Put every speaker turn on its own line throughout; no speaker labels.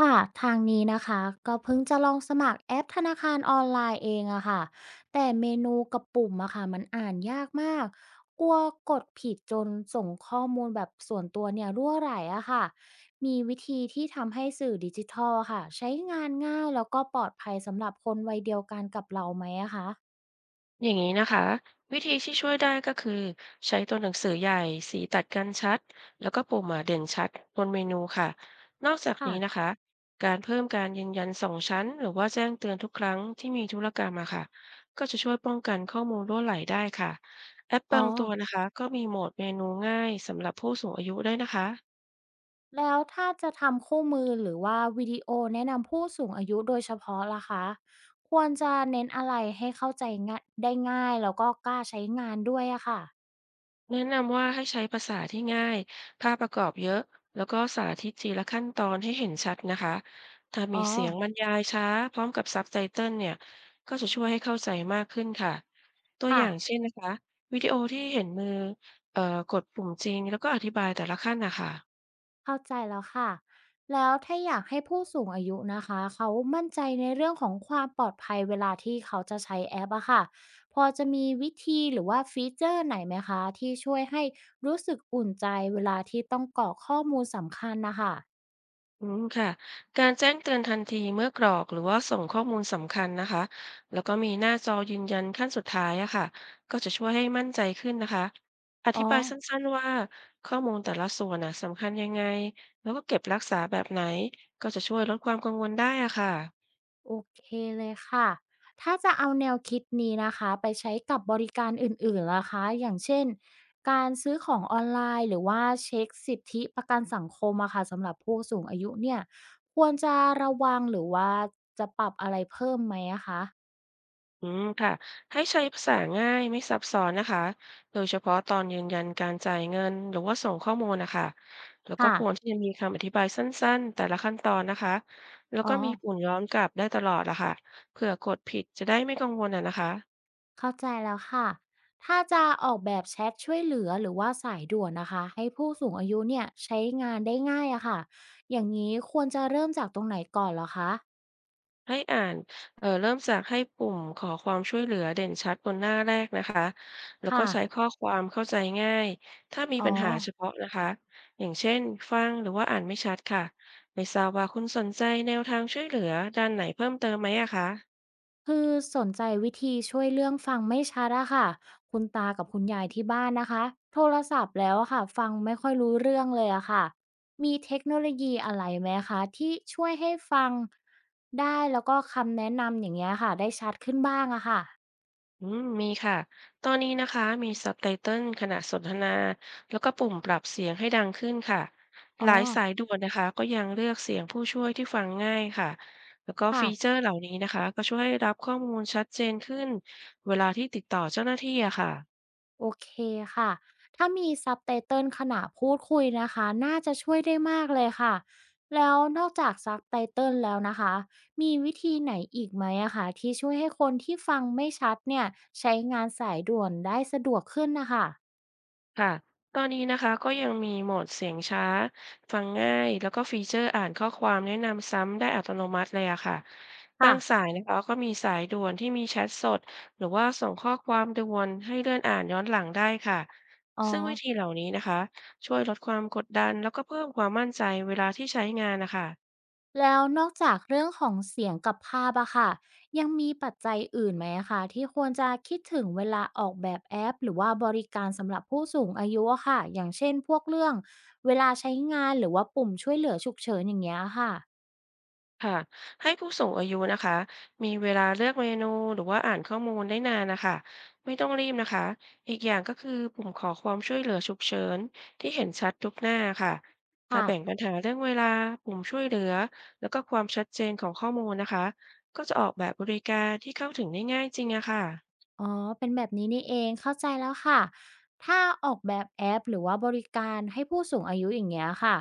ค่ะทางนี้นะคะก็เพิ่งจะลองสมัครแอปธนาคารออนไลน์เองอะค่ะแต่เมนูกับปุ่มอะค่ะมันอ่านยากมากกลัวกดผิดจนส่งข้อมูลแบบส่วนตัวเนี่ยรั่วไหลอะค่ะมีวิธีที่ทำให้สื่อดิจิทัลอะค่ะใช้งานง่ายแล้วก็ปลอดภัยสำหรับคนวัยเดียวกันกับเราไหมอะคะ
อย่างนี้นะคะวิธีที่ช่วยได้ก็คือใช้ตัวหนังสือใหญ่สีตัดกันชัดแล้วก็ปุ่มอ่ะเด่นชัดบนเมนูค่ะนอกจากนี้นะ
ค่ะ
คะการเพิ่มการยืนยันสองชั้นหรือว่าแจ้งเตือนทุกครั้งที่มีธุรกรรมอะค่ะก็จะช่วยป้องกันข้อมูลรั่วไหลได้ค่ะแอป
อ๋
บา
อ
งตัวนะคะก็มีโหมดเมนูง่ายสำหรับผู้สูงอายุได้วยนะคะ
แล้วถ้าจะทำคู่มือหรือว่าวิดีโอแนะนำผู้สูงอายุโดยเฉพาะล่ะคะควรจะเน้นอะไรให้เข้าใจง่ายได้ง่ายแล้วก็กล้าใช้งานด้วยอะค่ะ
แนะนำว่าให้ใช้ภาษาที่ง่าย ภาพประกอบเยอะ แล้วก็สาธิตทีละขั้นตอนให้เห็นชัดนะคะถ้ามี
อ๋อ
เสียงบรรยายช้าพร้อมกับซับไตเติลเนี่ยก็จะช่วยให้เข้าใจมากขึ้นค่ะ ตัวอ
ค่ะ
ย่างเช่นนะคะวิดีโอที่เห็นมือเอ่อกดปุ่มจริงแล้วก็อธิบายแต่ละขั้นนะคะ
เข้าใจแล้วค่ะแล้วถ้าอยากให้ผู้สูงอายุนะคะเขามั่นใจในเรื่องของความปลอดภัยเวลาที่เขาจะใช้แอปอะค่ะพอจะมีวิธีหรือว่าฟีเจอร์ไหนไหมคะที่ช่วยให้รู้สึกอุ่นใจเวลาที่ต้องกรอกข้อมูลสำคัญนะคะ
อืมค่ะการแจ้งเตือนทันทีเมื่อกรอกหรือว่าส่งข้อมูลสำคัญนะคะแล้วก็มีหน้าจอยืนยันขั้นสุดท้ายอะค่ะก็จะช่วยให้มั่นใจขึ้นนะคะอ
อ๋อ
ธิบายสั้นๆว่าข้อมูลแต่ละส่วนน่ะสำคัญยังไงแล้วก็เก็บรักษาแบบไหนก็จะช่วยลดความกังวลได้อะค่ะ
โอเคเลยค่ะ ถ้าจะเอาแนวคิดนี้นะคะไปใช้กับบริการอื่นๆล่ะคะ อย่างเช่น การซื้อของออนไลน์หรือว่าเช็คสิทธิประกันสังคมอะค่ะสำหรับผู้สูงอายุเนี่ยควรจะระวังหรือว่าจะปรับอะไรเพิ่มไหมอะคะ
อืมค่ะให้ใช้ภาษาง่ายไม่ซับซ้อนนะคะโดยเฉพาะตอนยืนยันการจ่ายเงินหรือว่าส่งข้อมูลนะคะแล้วก็
ค่ะ
ควรที่จะมีคำอธิบายสั้นๆแต่ละขั้นตอนนะคะแล้ว
อ๋อ
ก็มีปุ่มย้อนกลับได้ตลอดละค่ะเผื่อกดผิดจะได้ไม่กังวลอ่ะนะคะ
เข้าใจแล้วค่ะถ้าจะออกแบบแชทช่วยเหลือหรือว่าสายด่วนนะคะให้ผู้สูงอายุเนี่ยใช้งานได้ง่ายอะค่ะอย่างนี้ควรจะเริ่มจากตรงไหนก่อนเหรอคะ
ให้อ่านเริ่มจากให้ปุ่มขอความช่วยเหลือเด่นชัดบนหน้าแรกนะคะ แล้วก็
ค่ะ
ใช้ข้อความเข้าใจง่ายถ้ามี
อ๋อ
ปัญหาเฉพาะนะคะ อย่างเช่นฟังหรือว่าอ่านไม่ชัดค่ะ ไม่ทราบว่าคุณสนใจแนวทางช่วยเหลือด้านไหนเพิ่มเติมไหมอะคะ
คือสนใจวิธีช่วยเรื่องฟังไม่ชัดอะค่ะคุณตากับคุณยายที่บ้านนะคะโทรศัพท์แล้วอะค่ะฟังไม่ค่อยรู้เรื่องเลยอะค่ะมีเทคโนโลยีอะไรไหมคะที่ช่วยให้ฟังได้แล้วก็คำแนะนำอย่างเงี้ยค่ะได้ชัดขึ้นบ้างอะค่ะ
อืมมีค่ะ ตอนนี้นะคะมี Subtitle ขณะสนทนา แล้วก็ปุ่มปรับเสียงให้ดังขึ้นค่ะ ห
อ๋อ
ลายสายด่วนนะคะก็ยังเลือกเสียงผู้ช่วยที่ฟังง่ายค่ะ แล้วก็
ค่ะ
ฟีเจอร์เหล่านี้นะคะก็ช่วยให้รับข้อมูลชัดเจนขึ้นเวลาที่ติดต่อเจ้าหน้าที่อะค่ะ
โอเคค่ะ ถ้ามี Subtitle ขณะพูดคุยนะคะน่าจะช่วยได้มากเลยค่ะ แล้วนอกจาก Subtitle แล้วนะคะมีวิธีไหนอีกไหมอะคะที่ช่วยให้คนที่ฟังไม่ชัดเนี่ยใช้งานสายด่วนได้สะดวกขึ้นนะคะ
ค่ะตอนนี้นะคะก็ยังมีโหมดเสียงช้าฟังง่ายแล้วก็ฟีเจอร์อ่านข้อความแนะนำซ้ำได้อัตโนมัติเลยอะค่ะบา
ค่ะ
งสายนะคะก็มีสายด่วนที่มีแชทสดหรือว่าส่งข้อความด่วนให้เลื่อนอ่านย้อนหลังได้ค่ะ
อ๋อ
ซึ่งวิธีเหล่านี้นะคะช่วยลดความกดดันแล้วก็เพิ่มความมั่นใจเวลาที่ใช้งานนะคะ
แล้วนอกจากเรื่องของเสียงกับภาพอะค่ะยังมีปัจจัยอื่นไหมอะคะที่ควรจะคิดถึงเวลาออกแบบแอปหรือว่าบริการสำหรับผู้สูงอายุอะค่ะอย่างเช่นพวกเรื่องเวลาใช้งานหรือว่าปุ่มช่วยเหลือฉุกเฉินอย่างเงี้ยค่ะ
ค่ะให้ผู้สูงอายุนะคะมีเวลาเลือกเมนูหรือว่าอ่านข้อมูลได้นานนะคะไม่ต้องรีบนะคะอีกอย่างก็คือปุ่มขอความช่วยเหลือฉุกเฉินที่เห็นชัดทุกหน้าค่ะถ้า
ค่ะ
แบ่งปัญหาเรื่องเวลาปุ่มช่วยเหลือแล้วก็ความชัดเจนของข้อมูลนะคะก็จะออกแบบบริการที่เข้าถึงได้ง่ายจริงอะค่ะ
อ๋อเป็นแบบนี้นี่เองเข้าใจแล้วค่ะ ถ้าออกแบบแอปหรือว่าบริการให้ผู้สูงอายุอย่างเงี้ยค่ะ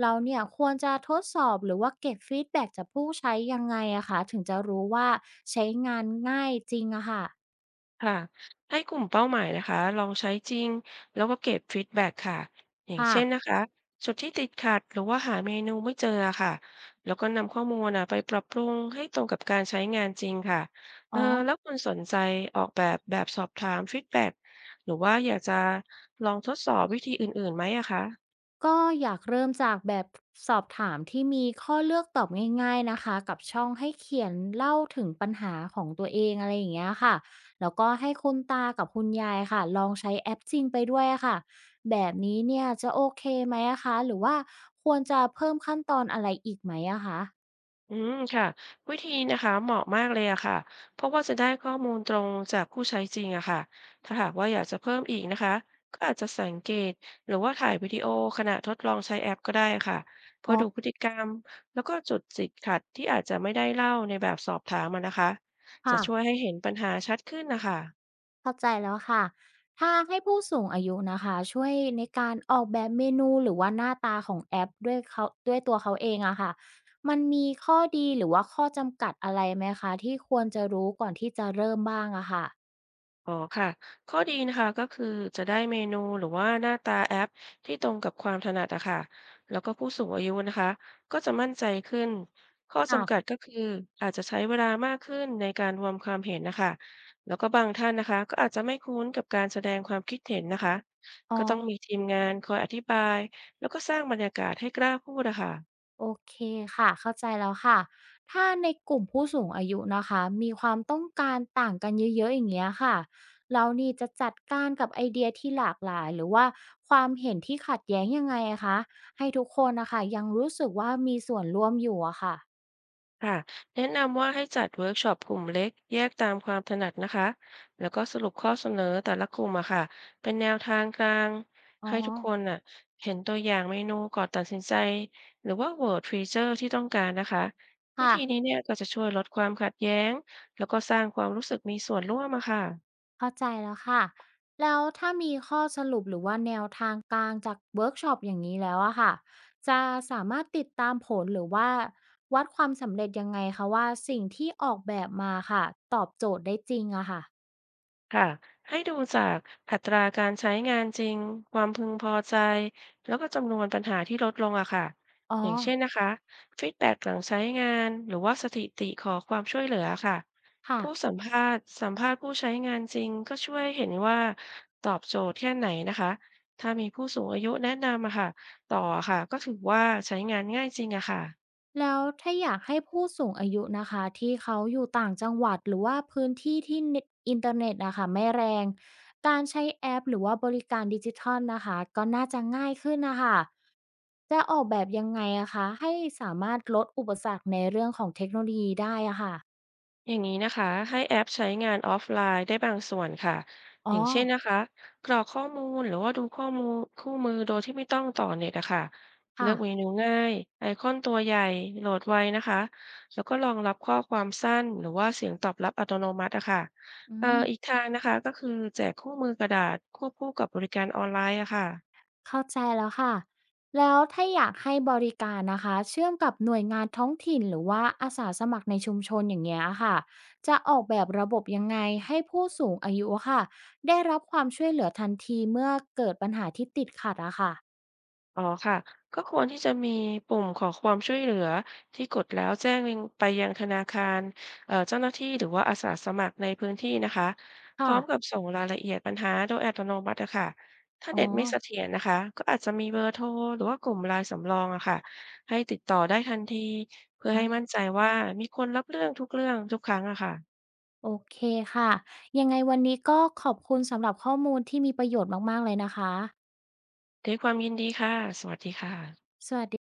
เราเนี่ยควรจะทดสอบหรือว่าเก็บฟีดแบ็กจากผู้ใช้ยังไงอะคะ ถึงจะรู้ว่าใช้งานง่ายจริงอะค่ะ
ค่ะให้กลุ่มเป้าหมายนะคะลองใช้จริงแล้วก็เก็บฟีดแบ็กค่ะอย่าง
ค่ะ
เช่นนะคะจุดที่ติดขัดหรือว่าหาเมนูไม่เจอค่ะแล้วก็นำข้อมูลนะไปปรับปรุงให้ตรงกับการใช้งานจริงค่ะเอ
อ๋
อ
อ
แล้วคุณสนใจออกแบบแบบสอบถามฟีดแบ็กหรือว่าอยากจะลองทดสอบวิธีอื่นๆไหมอะคะ
ก็อยากเริ่มจากแบบสอบถามที่มีข้อเลือกตอบง่ายๆนะคะกับช่องให้เขียนเล่าถึงปัญหาของตัวเองอะไรอย่างเงี้ยค่ะแล้วก็ให้คุณตากับคุณยายค่ะลองใช้แอปจริงไปด้วยค่ะแบบนี้เนี่ยจะโอเคไหมอะคะหรือว่าควรจะเพิ่มขั้นตอนอะไรอีกไหมอะคะ
อืมค่ะวิธีนะคะเหมาะมากเลยอะค่ะเพราะว่าจะได้ข้อมูลตรงจากผู้ใช้จริงอะค่ะถ้าหากว่าอยากจะเพิ่มอีกนะคะก็อาจจะสังเกตหรือว่าถ่ายวิดีโอขณะทดลองใช้แอปก็ได้ค่ะเพื่
อ๋
อ
อ
ดูพฤติกรรมแล้วก็จุดติดขัดที่อาจจะไม่ได้เล่าในแบบสอบถามอะนะคะจะ
ค่ะ
ช่วยให้เห็นปัญหาชัดขึ้นนะคะ
เข้าใจแล้วค่ะถ้าให้ผู้สูงอายุนะคะช่วยในการออกแบบเมนูหรือว่าหน้าตาของแอปด้วยเขาด้วยตัวเขาเองอะค่ะ มันมีข้อดีหรือว่าข้อจำกัดอะไรไหมคะที่ควรจะรู้ก่อนที่จะเริ่มบ้างอะค่ะ
อ๋อค่ะข้อดีนะคะก็คือจะได้เมนูหรือว่าหน้าตาแอปที่ตรงกับความถนัดอะค่ะแล้วก็ผู้สูงอายุนะคะก็จะมั่นใจขึ้นข้อ
ค่ะ
จำกัดก็คืออาจจะใช้เวลามากขึ้นในการรวมความเห็นนะคะแล้วก็บางท่านนะคะก็อาจจะไม่คุ้นกับการแสดงความคิดเห็นนะคะ
อ๋อ
ก็ต้องมีทีมงานคอยอธิบายแล้วก็สร้างบรรยากาศให้กล้าพูดอะค่ะ
โอเคค่ะเข้าใจแล้วค่ะถ้าในกลุ่มผู้สูงอายุนะคะมีความต้องการต่างกันเยอะๆอย่างเงี้ยค่ะเรานี่จะจัดการกับไอเดียที่หลากหลายหรือว่าความเห็นที่ขัดแย้งยังไงอะคะให้ทุกคนนะคะยังรู้สึกว่ามีส่วนร่วมอยู่อะค่ะ
ค่ะแนะนำว่าให้จัดเวิร์กช็อปกลุ่มเล็กแยกตามความถนัดนะคะแล้วก็สรุปข้อเสนอแต่ละกลุ่มอะค่ะเป็นแนวทางกลาง
อ๋อ
ให้ทุกคนน่ะเห็นตัวอย่างเมนูก่อนตัดสินใจหรือว่าโหวตฟีเจอร์ที่ต้องการนะคะวิ
ค่ะ
ธีนี้เนี่ยก็จะช่วยลดความขัดแย้งแล้วก็สร้างความรู้สึกมีส่วนร่วมอะค่ะ
เข้าใจแล้วค่ะ แล้วถ้ามีข้อสรุปหรือว่าแนวทางกลางจากเวิร์กช็อปอย่างนี้แล้วอะค่ะ จะสามารถติดตามผลหรือว่าวัดความสำเร็จยังไงคะว่าสิ่งที่ออกแบบมาค่ะตอบโจทย์ได้จริงอะค่ะ
ค่ะให้ดูจากอัตราการใช้งานจริงความพึงพอใจแล้วก็จำนวนปัญหาที่ลดลงอะค่ะ
อ๋อ
อย่างเช่นนะคะฟีดแบ็กหลังใช้งานหรือว่าสถิติขอความช่วยเหลือค่ะ
ค่ะ
ผู้สัมภาษณ์สัมภาษณ์ผู้ใช้งานจริงก็ช่วยเห็นว่าตอบโจทย์แค่ไหนนะคะถ้ามีผู้สูงอายุแนะนำอะค่ะต่ออะค่ะก็ถือว่าใช้งานง่ายจริงอะค่ะ
แล้วถ้าอยากให้ผู้สูงอายุนะคะที่เขาอยู่ต่างจังหวัดหรือว่าพื้นที่ที่เน็ตอินเทอร์เน็ตนะคะไม่แรงการใช้แอปหรือว่าบริการดิจิทัลนะคะก็น่าจะง่ายขึ้นนะคะจะออกแบบยังไงอะคะให้สามารถลดอุปสรรคในเรื่องของเทคโนโลยีได้อะค่ะ
อย่างนี้นะคะให้แอปใช้งานออฟไลน์ได้บางส่วนค่ะอ
อ๋อ
ย่างเช่นนะคะกรอกข้อมูลหรือว่าดูข้อมูลคู่มือโดยที่ไม่ต้องต่อเน็ตอะค่ะเลื
ค่ะ
อกเมนูง่ายไอคอนตัวใหญ่โหลดไวนะคะแล้วก็รองรับข้อความสั้นหรือว่าเสียงตอบรับอัตโนมัติอะค่ะ
อืม
อีกทางนะคะก็คือแจกคู่มือกระดาษควบคู่กับบริการออนไลน์อะค่ะ
เข้าใจแล้วค่ะ แล้วถ้าอยากให้บริการนะคะเชื่อมกับหน่วยงานท้องถิ่นหรือว่าอาสาสมัครในชุมชนอย่างเงี้ยค่ะ จะออกแบบระบบยังไงให้ผู้สูงอายุค่ะได้รับความช่วยเหลือทันทีเมื่อเกิดปัญหาที่ติดขัดอะค่ะ
อ๋อค่ะก็ควรที่จะมีปุ่มขอความช่วยเหลือที่กดแล้วแจ้งไปยังธนาคารเจ้าหน้าที่หรือว่าอาสาสมัครในพื้นที่นะคะพร้
ค่ะ
อมกับส่งรายละเอียดปัญหาโดยอัตโนมัติอะค่ะถ้า
อ๋อ
เน็ตไม่เสถียรนะคะก็อาจจะมีเบอร์โทรหรือว่ากลุ่มไลน์สำรองอะค่ะให้ติดต่อได้ทันทีเพื่อให้มั่น
อะ
ใจว่ามีคนรับเรื่องทุกครั้งอะค่ะ
โอเคค่ะยังไงวันนี้ก็ขอบคุณสำหรับข้อมูลที่มีประโยชน์มากๆเลยนะคะ
ด้วยความยินดีค่ะสวัสดีค่ะ
สวัสดี